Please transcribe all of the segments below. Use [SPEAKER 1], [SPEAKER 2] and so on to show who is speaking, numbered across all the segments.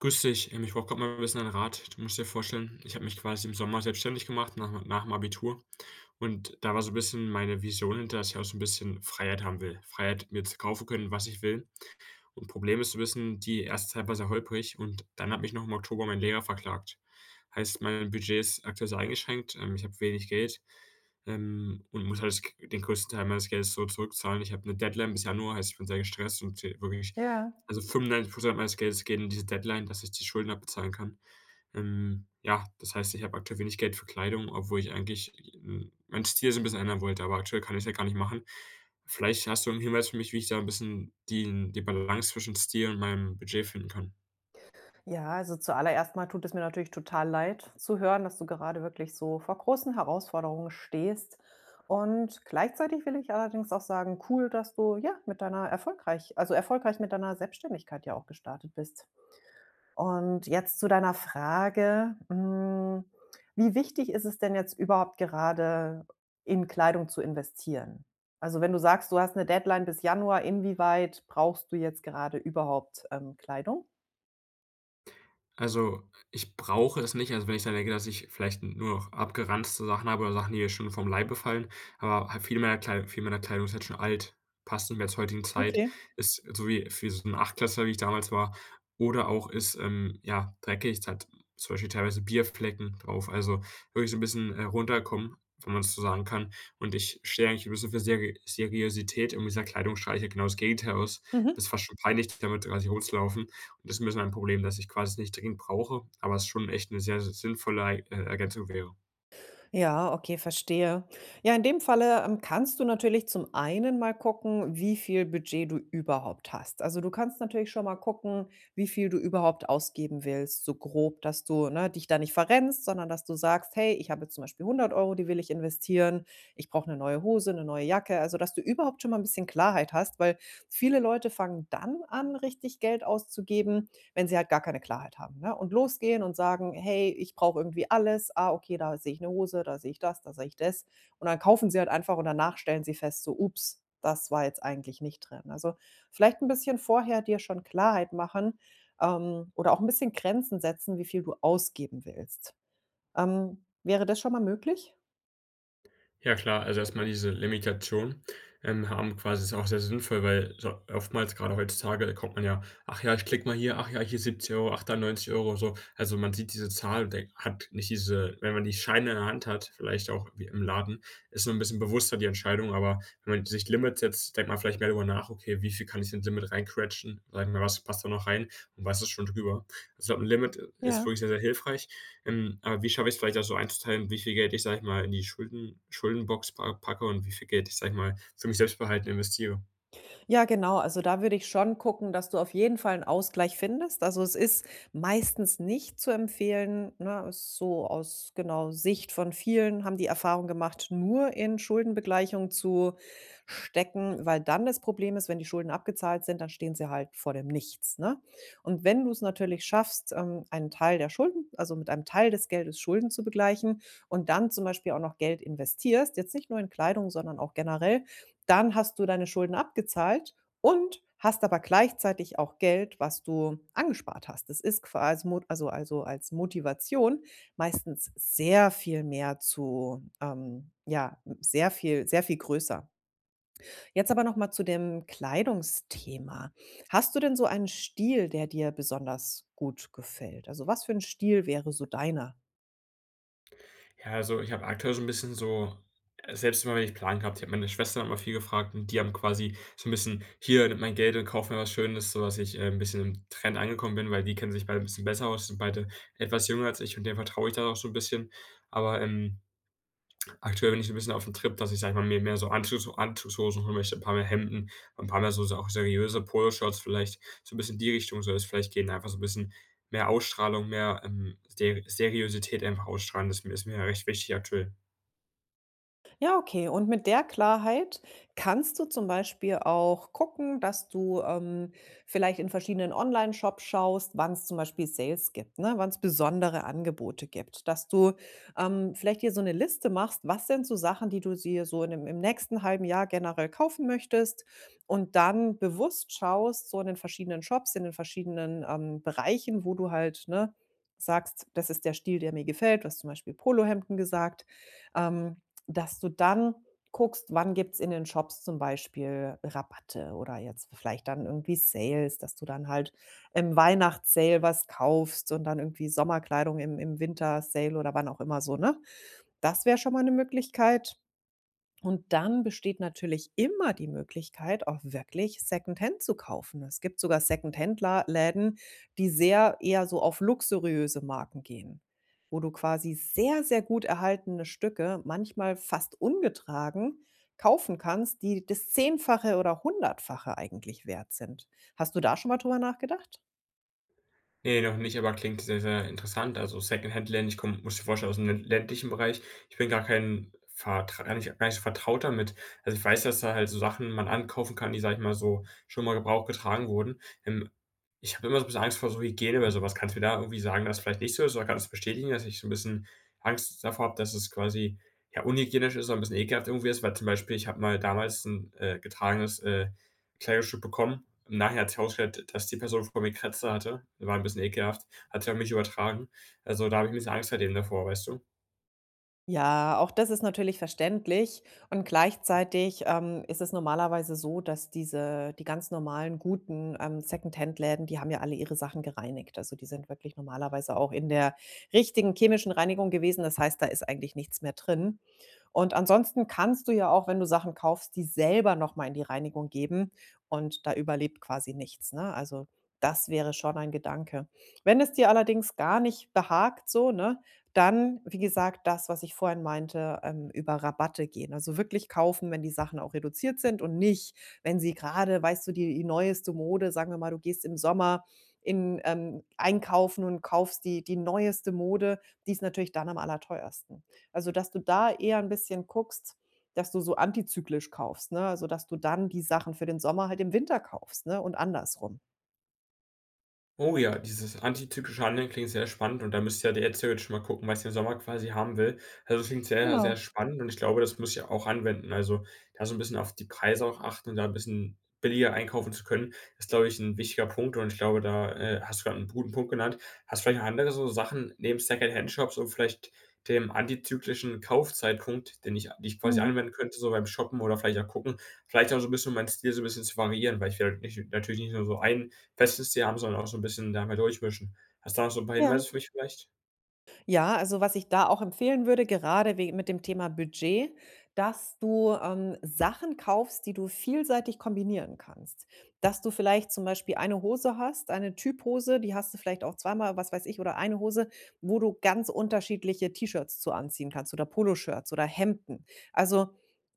[SPEAKER 1] Grüß dich, ich brauche gerade mal ein bisschen einen Rat. Du musst dir vorstellen, ich habe mich quasi im Sommer selbstständig gemacht nach dem Abitur und da war so ein bisschen meine Vision hinter, dass ich auch so ein bisschen Freiheit haben will. Freiheit, mir zu kaufen können, was ich will, und Problem ist, zu wissen, die erste Zeit war sehr holprig und dann hat mich noch im Oktober mein Lehrer verklagt. Heißt, mein Budget ist aktuell sehr eingeschränkt, ich habe wenig Geld, und muss halt das g den größten Teil meines Geldes so zurückzahlen. Ich habe eine Deadline bis Januar, heißt, ich bin sehr gestresst und de wirklich
[SPEAKER 2] Ja.
[SPEAKER 1] also 95 meines Geldes gehen in diese Deadline, dass ich die Schulden abbezahlen kann. Ja, das heißt, ich habe aktuell wenig Geld für Kleidung, obwohl ich eigentlich, meinen Stil so ein bisschen ändern wollte, aber aktuell kann ich's ja gar nicht machen. Vielleicht hast du 'n Hinweis für mich, wie ich da ein bisschen die Balance zwischen Stil und meinem Budget finden kann.
[SPEAKER 2] Ja, also zuallererst mal tut es mir natürlich total leid zu hören, dass du gerade wirklich so vor großen Herausforderungen stehst. Und gleichzeitig will ich allerdings auch sagen, cool, dass du ja mit deiner erfolgreich mit deiner Selbstständigkeit ja auch gestartet bist. Und jetzt zu deiner Frage, wie wichtig ist es denn jetzt überhaupt gerade in Kleidung zu investieren? Also wenn du sagst, du hast eine Deadline bis Januar, inwieweit brauchst du jetzt gerade überhaupt Kleidung?
[SPEAKER 1] Also, ich brauche es nicht. Also, wenn ich dann denke, dass ich vielleicht nur noch abgeranzte Sachen habe oder Sachen, die schon vom Leibe fallen, aber halt viel meiner Kleidung ist halt schon alt, passt nicht mehr zur heutigen Zeit,
[SPEAKER 2] Okay.
[SPEAKER 1] ist so wie für so 'n Achtklässler, wie ich damals war, oder auch ist, ja, dreckig. Es hat zum Beispiel teilweise Bierflecken drauf, also wirklich so ein bisschen runterkommen, wenn man es so sagen kann. Und ich stehe eigentlich ein bisschen für Seriosität und dieser Kleidung strahle ich halt genau das Gegenteil aus. Das ist
[SPEAKER 2] Mhm.
[SPEAKER 1] fast schon peinlich, damit quasi rumzulaufen. Und das ist ein bisschen ein Problem, dass ich quasi nicht dringend brauche, aber es schon echt eine sehr sinnvolle Ergänzung wäre.
[SPEAKER 2] Ja, okay, verstehe. Ja, in dem Falle, kannst du natürlich zum einen mal gucken, wie viel Budget du überhaupt hast. Also, du kannst natürlich schon mal gucken, wie viel du überhaupt ausgeben willst, so grob, dass du, ne, dich da nicht verrennst, sondern dass du sagst: „Hey, ich habe jetzt zum Beispiel 100 Euro, die will ich investieren. Ich brauche eine neue Hose, eine neue Jacke.“ Also, dass du überhaupt schon mal ein bisschen Klarheit hast, weil viele Leute fangen dann an, richtig Geld auszugeben, wenn sie halt gar keine Klarheit haben, ne? Und losgehen und sagen: „Hey, ich brauche irgendwie alles. Ah, okay, da sehe ich eine Hose, da sehe ich das, da sehe ich das.“ Und dann kaufen sie halt einfach und danach stellen sie fest so: „Ups, das war jetzt eigentlich nicht drin.“ Also, vielleicht ein bisschen vorher dir schon Klarheit machen, oder auch ein bisschen Grenzen setzen, wie viel du ausgeben willst. Wäre das schon mal möglich?
[SPEAKER 1] Ja klar, also erstmal diese Limitation, haben quasi ist auch sehr sinnvoll, weil so oftmals, gerade heutzutage, kommt man ja: „Ach ja, ich klicke mal hier, ach ja, hier 70 Euro, ach da 90 €“, so. Also, man sieht diese Zahl und denkt hat nicht diese, wenn man die Scheine in der Hand hat, vielleicht auch wie im Laden, ist so ein bisschen bewusster die Entscheidung, aber wenn man sich Limits setzt, denkt man vielleicht mehr darüber nach: „Okay, wie viel kann ich ins Limit reinquetschen? Sagen wir, was passt da noch rein und was ist schon drüber?“ Also, ich glaube, 'n Limit ist
[SPEAKER 2] Ja.
[SPEAKER 1] wirklich sehr, sehr hilfreich. Aber wie schaffe ich es vielleicht auch so einzuteilen, wie viel Geld ich, sage ich mal, in die Schuldenbox pa packe und wie viel Geld ich, sage ich mal, für mich selbst behalten investiere?
[SPEAKER 2] Ja, genau. Also da würde ich schon gucken, dass du auf jeden Fall einen Ausgleich findest. Also, es ist meistens nicht zu empfehlen, ne, ist so aus, genau, Sicht von vielen haben die Erfahrung gemacht, nur in Schuldenbegleichung zu stecken, weil dann das Problem ist, wenn die Schulden abgezahlt sind, dann stehen sie halt vor dem Nichts, ne? Und wenn du es natürlich schaffst, einen Teil der Schulden also mit einem Teil des Geldes Schulden zu begleichen und dann zum Beispiel auch noch Geld investierst, jetzt nicht nur in Kleidung, sondern auch generell, dann hast du deine Schulden abgezahlt und hast aber gleichzeitig auch Geld, was du angespart hast. Das ist quasi Mot also als Motivation meistens sehr viel mehr zu ja, sehr viel größer. Jetzt aber noch mal zu dem Kleidungsthema. Hast du denn so einen Stil, der dir besonders gut gefällt? Also, was für ein Stil wäre so deiner?
[SPEAKER 1] Ja, also, ich habe aktuell so ein bisschen so selbst immer wenn ich Plan gehabt, ich habe meine Schwester immer viel gefragt und die haben quasi so ein bisschen: „Hier, nimm mein Geld und kauf mir was Schönes“, sodass ich 'n bisschen im Trend angekommen bin, weil die kennen sich beide ein bisschen besser aus, sind beide etwas jünger als ich und denen vertraue ich da auch so ein bisschen. Aber, aktuell bin ich so 'n bisschen auf 'm Trip, dass ich, sage ich mal, mir mehr so Anzugshosen holen möchte, 'n paar mehr Hemden, ein paar mehr so so auch seriöse Poloshirts vielleicht. So 'n bisschen in die Richtung soll es vielleicht gehen, einfach so 'n bisschen mehr Ausstrahlung, mehr, Seriosität einfach ausstrahlen. Das ist mir recht wichtig aktuell.
[SPEAKER 2] Ja, okay. Und mit der Klarheit kannst du zum Beispiel auch gucken, dass du vielleicht in verschiedenen Online-Shops schaust, wann es zum Beispiel Sales gibt, ne? Wann es besondere Angebote gibt. Dass du vielleicht dir so eine Liste machst, was sind so Sachen, die du dir so in dem, im nächsten halben Jahr generell kaufen möchtest und dann bewusst schaust, so in den verschiedenen Shops, in den verschiedenen Bereichen, wo du halt ne, sagst, das ist der Stil, der mir gefällt. Du hast zum Beispiel Polohemden gesagt. Ähm, dass du dann guckst, wann gibt's in den Shops zum Beispiel Rabatte oder jetzt vielleicht dann irgendwie Sales, dass du dann halt im Weihnachtssale was kaufst und dann irgendwie Sommerkleidung im Winter-Sale oder wann auch immer so, ne? Das wäre schon mal eine Möglichkeit. Und dann besteht natürlich immer die Möglichkeit, auch wirklich Secondhand zu kaufen. Es gibt sogar Secondhand-Läden, die sehr eher so auf luxuriöse Marken gehen, wo du quasi sehr, sehr gut erhaltene Stücke, manchmal fast ungetragen, kaufen kannst, die das Zehnfache oder Hundertfache eigentlich wert sind. Hast du da schon mal drüber nachgedacht?
[SPEAKER 1] Ne, noch nicht, aber klingt sehr, sehr interessant. Also, Secondhand-Läden, ich komme, musst dir vorstellen, aus'm lä ländlichen Bereich. Ich bin gar kein vertra gar nicht so vertraut damit. Also, ich weiß, dass da halt so Sachen man ankaufen kann, die, sage ich mal, so schon mal Gebrauch getragen wurden. Ich habe immer so 'n bisschen Angst vor so Hygiene bei so was. Kannst du mir da irgendwie sagen, dass es vielleicht nicht so ist? Oder kannst du bestätigen, dass ich so 'n bisschen Angst davor habe, dass es quasi, ja, unhygienisch ist und 'n bisschen ekelhaft irgendwie ist? Weil zum Beispiel, ich habe mal damals 'n getragenes Kleidungsstück bekommen, im Nachhinein hat sich herausgestellt, dass die Person vor mir Krätze hatte. War ein bisschen ekelhaft. Hat sie auf mich übertragen. Also, da habe ich 'n bisschen Angst seitdem davor, weißt du?
[SPEAKER 2] Ja, auch das ist natürlich verständlich und gleichzeitig ist es normalerweise so, dass diese die ganz normalen guten Läden die haben ja alle ihre Sachen gereinigt. Also, die sind wirklich normalerweise auch in der richtigen chemischen Reinigung gewesen. Das heißt, da ist eigentlich nichts mehr drin. Und ansonsten kannst du ja auch, wenn du Sachen kaufst, die selber noch mal in die Reinigung geben und da überlebt quasi nichts, ne? Also, das wäre schon ein Gedanke. Wenn es dir allerdings gar nicht behagt so, ne, dann, wie gesagt, das, was ich vorhin meinte, über Rabatte gehen. Also wirklich kaufen, wenn die Sachen auch reduziert sind und nicht, wenn sie gerade, weißt du, die neueste Mode sagen wir mal, du gehst im Sommer in einkaufen und kaufst die neueste Mode, die ist natürlich dann am allerteuersten. Also, dass du da eher ein bisschen guckst, dass du so antizyklisch kaufst, ne? Also, dass du dann die Sachen für den Sommer halt im Winter kaufst, ne, und andersrum.
[SPEAKER 1] Oh ja, dieses antizyklische Handeln klingt sehr spannend und da müsst ihr ja jetzt theoretisch mal gucken, was ihr im Sommer quasi haben will. Also, das klingt sehr,
[SPEAKER 2] Genau.
[SPEAKER 1] sehr spannend und ich glaube, das muss ich ja auch anwenden. Also, da so ein bisschen auf die Preise auch achten und da ein bisschen billiger einkaufen zu können, ist, glaube ich, ein wichtiger Punkt und ich glaube, da hast du gerade einen guten Punkt genannt. Hast du vielleicht noch andere so Sachen neben Secondhand-Shops und vielleicht dem antizyklischen Kaufzeitpunkt, den ich die ich quasi
[SPEAKER 2] Mhm.
[SPEAKER 1] anwenden könnte, so beim Shoppen oder vielleicht auch gucken, vielleicht auch so ein bisschen um meinen Stil so ein bisschen zu variieren, weil ich werde nicht natürlich nicht nur so ein festes Tier haben, sondern auch so 'n bisschen da mal durchmischen. Hast du da noch so 'n paar
[SPEAKER 2] Ja.
[SPEAKER 1] Hinweise für mich vielleicht?
[SPEAKER 2] Ja, also was ich da auch empfehlen würde, gerade we mit dem Thema Budget, dass du Sachen kaufst, die du vielseitig kombinieren kannst. Dass du vielleicht zum Beispiel eine Hose hast, eine Typhose, die hast du vielleicht auch zweimal, was weiß ich, oder eine Hose, wo du ganz unterschiedliche T-Shirts zu anziehen kannst oder Poloshirts oder Hemden. Also,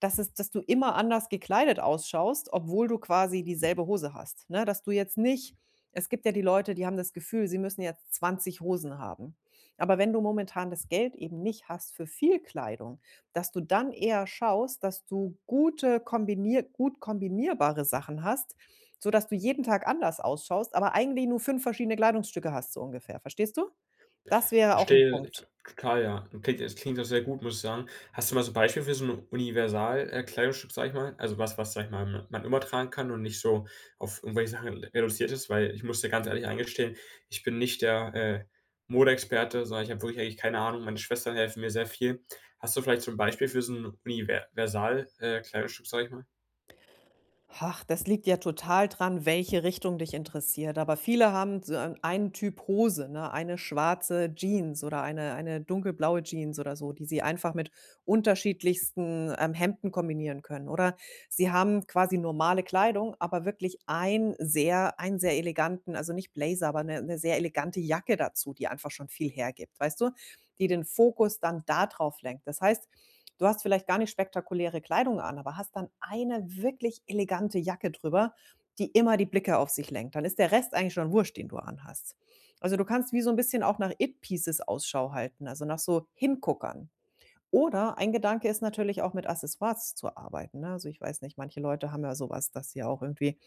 [SPEAKER 2] dass es dass du immer anders gekleidet ausschaust, obwohl du quasi dieselbe Hose hast, ne? Dass du jetzt nicht es gibt ja die Leute, die haben das Gefühl, sie müssen jetzt 20 Hosen haben. Aber wenn du momentan das Geld eben nicht hast für viel Kleidung, dass du dann eher schaust, dass du gute kombinier gut kombinierbare Sachen hast, sodass du jeden Tag anders ausschaust, aber eigentlich nur 5 verschiedene Kleidungsstücke hast, so ungefähr. Verstehst du? Das wäre auch ein
[SPEAKER 1] Verstehe, ich
[SPEAKER 2] Punkt.
[SPEAKER 1] total, ja. Klingt Es klingt auch sehr gut, muss ich sagen. Hast du mal so 'n Beispiel für so 'n Universal Kleidungsstück, sage ich mal? Also was, sage ich mal, ma man immer tragen kann und nicht so auf irgendwelche Sachen re reduziert ist, weil ich muss dir ganz ehrlich eingestehen, ich bin nicht der Modeexperte, sondern ich habe wirklich eigentlich keine Ahnung. Meine Schwestern helfen mir sehr viel. Hast du vielleicht so 'n Beispiel für so 'n univer versal Kleidungsstück, sage ich mal?
[SPEAKER 2] Ach, das liegt ja total dran, welche Richtung dich interessiert. Aber viele haben so einen Typ Hose, ne? Eine schwarze Jeans oder eine dunkelblaue Jeans oder so, die sie einfach mit unterschiedlichsten Hemden kombinieren können. Oder sie haben quasi normale Kleidung, aber wirklich einen sehr eleganten, also nicht Blazer, aber eine sehr elegante Jacke dazu, die einfach schon viel hergibt, weißt du? Die den Fokus dann darauf lenkt. Das heißt, du hast vielleicht gar nicht spektakuläre Kleidung an, aber hast dann eine wirklich elegante Jacke drüber, die immer die Blicke auf sich lenkt. Dann ist der Rest eigentlich schon wurscht, den du anhast. Also du kannst wie so ein bisschen auch nach It-Pieces Ausschau halten, also nach so Hinguckern. Oder ein Gedanke ist natürlich auch mit Accessoires zu arbeiten, ne? Also, ich weiß nicht, manche Leute haben ja sowas, dass sie auch irgendwie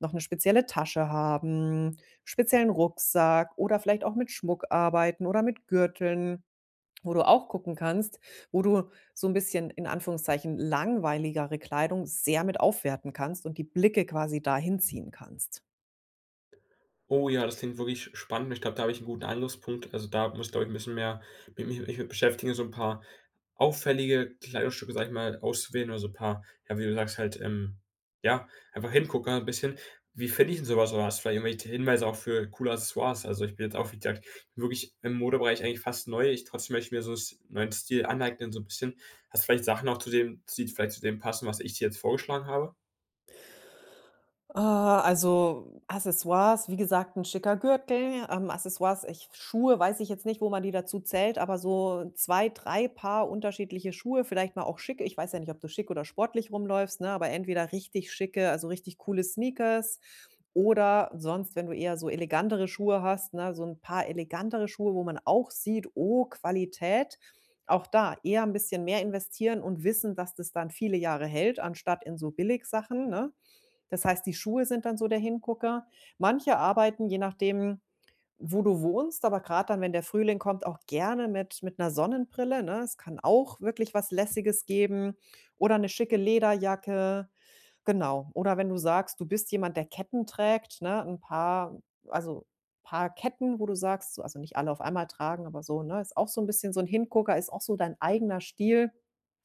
[SPEAKER 2] noch eine spezielle Tasche haben, speziellen Rucksack oder vielleicht auch mit Schmuck arbeiten oder mit Gürteln wo du auch gucken kannst, wo du so ein bisschen in Anführungszeichen langweiligere Kleidung sehr mit aufwerten kannst und die Blicke quasi dahin ziehen kannst.
[SPEAKER 1] Oh ja, das klingt wirklich spannend. Ich glaube, da habe ich einen guten Angriffspunkt. Also, da muss ich, glaube ich, ein bisschen mehr mit mich mit beschäftigen, so ein paar auffällige Kleidungsstücke, sage ich mal, auszuwählen oder so ein paar, ja, wie du sagst, halt, ja, einfach hingucken ein bisschen. Wie finde ich denn sowas oder hast du vielleicht irgendwelche Hinweise auch für coole Accessoires? Also, ich bin jetzt auch, wie gesagt, wirklich im Modebereich eigentlich fast neu. Ich, trotzdem möchte ich mir so einen s neuen Stil aneignen, so ein bisschen. Hast du vielleicht Sachen auch zu dem, die vielleicht zu dem passen, was ich dir jetzt vorgeschlagen habe?
[SPEAKER 2] Also Accessoires, wie gesagt, 'n schicker Gürtel, Accessoires ich Schuhe weiß ich jetzt nicht, wo man die dazu zählt, aber so 2, 3 Paar unterschiedliche Schuhe, vielleicht mal auch schick. Ich weiß ja nicht, ob du schick oder sportlich rumläufst, ne, aber entweder richtig schicke, also richtig coole Sneakers oder sonst, wenn du eher so elegantere Schuhe hast, ne, so 'n paar elegantere Schuhe, wo man auch sieht: „Oh, Qualität.“ Auch da eher 'n bisschen mehr investieren und wissen, dass das dann viele Jahre hält, anstatt in so Billigsachen, ne? Das heißt, die Schuhe sind dann so der Hingucker. Manche arbeiten, je nachdem, wo du wohnst, aber gerade dann, wenn der Frühling kommt, auch gerne mit einer Sonnenbrille, ne? Es kann auch wirklich was Lässiges geben oder eine schicke Lederjacke, genau. Oder wenn du sagst, du bist jemand, der Ketten trägt, ne, also, paar Ketten, wo du sagst so also, nicht alle auf einmal tragen, aber so, ne, ist auch so ein bisschen so ein Hingucker, ist auch so dein eigener Stil.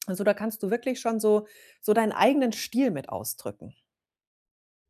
[SPEAKER 2] Also, da kannst du wirklich schon so deinen eigenen Stil mit ausdrücken.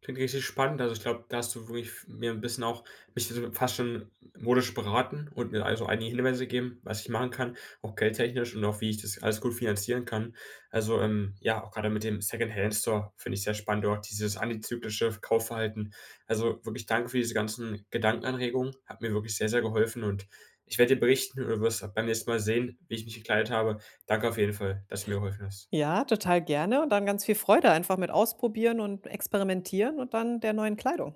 [SPEAKER 1] Klingt richtig spannend. Also, ich glaube, da hast du wirklich f mir ein bisschen auch mich so fast schon modisch beraten und mir also einige Hinweise gegeben, was ich machen kann, auch geldtechnisch und auch wie ich das alles gut finanzieren kann. Also, ja, auch gerade mit dem second hand store finde ich sehr spannend, auch dieses antizyklische Kaufverhalten. Also, wirklich danke für diese ganzen Gedankenanregungen, hat mir wirklich sehr, sehr geholfen und ich werde dir berichten und du wirst beim nächsten Mal sehen, wie ich mich gekleidet habe. Danke auf jeden Fall, dass du mir geholfen hast.
[SPEAKER 2] Ja, total gerne und dann ganz viel Freude einfach mit ausprobieren und experimentieren und dann der neuen Kleidung.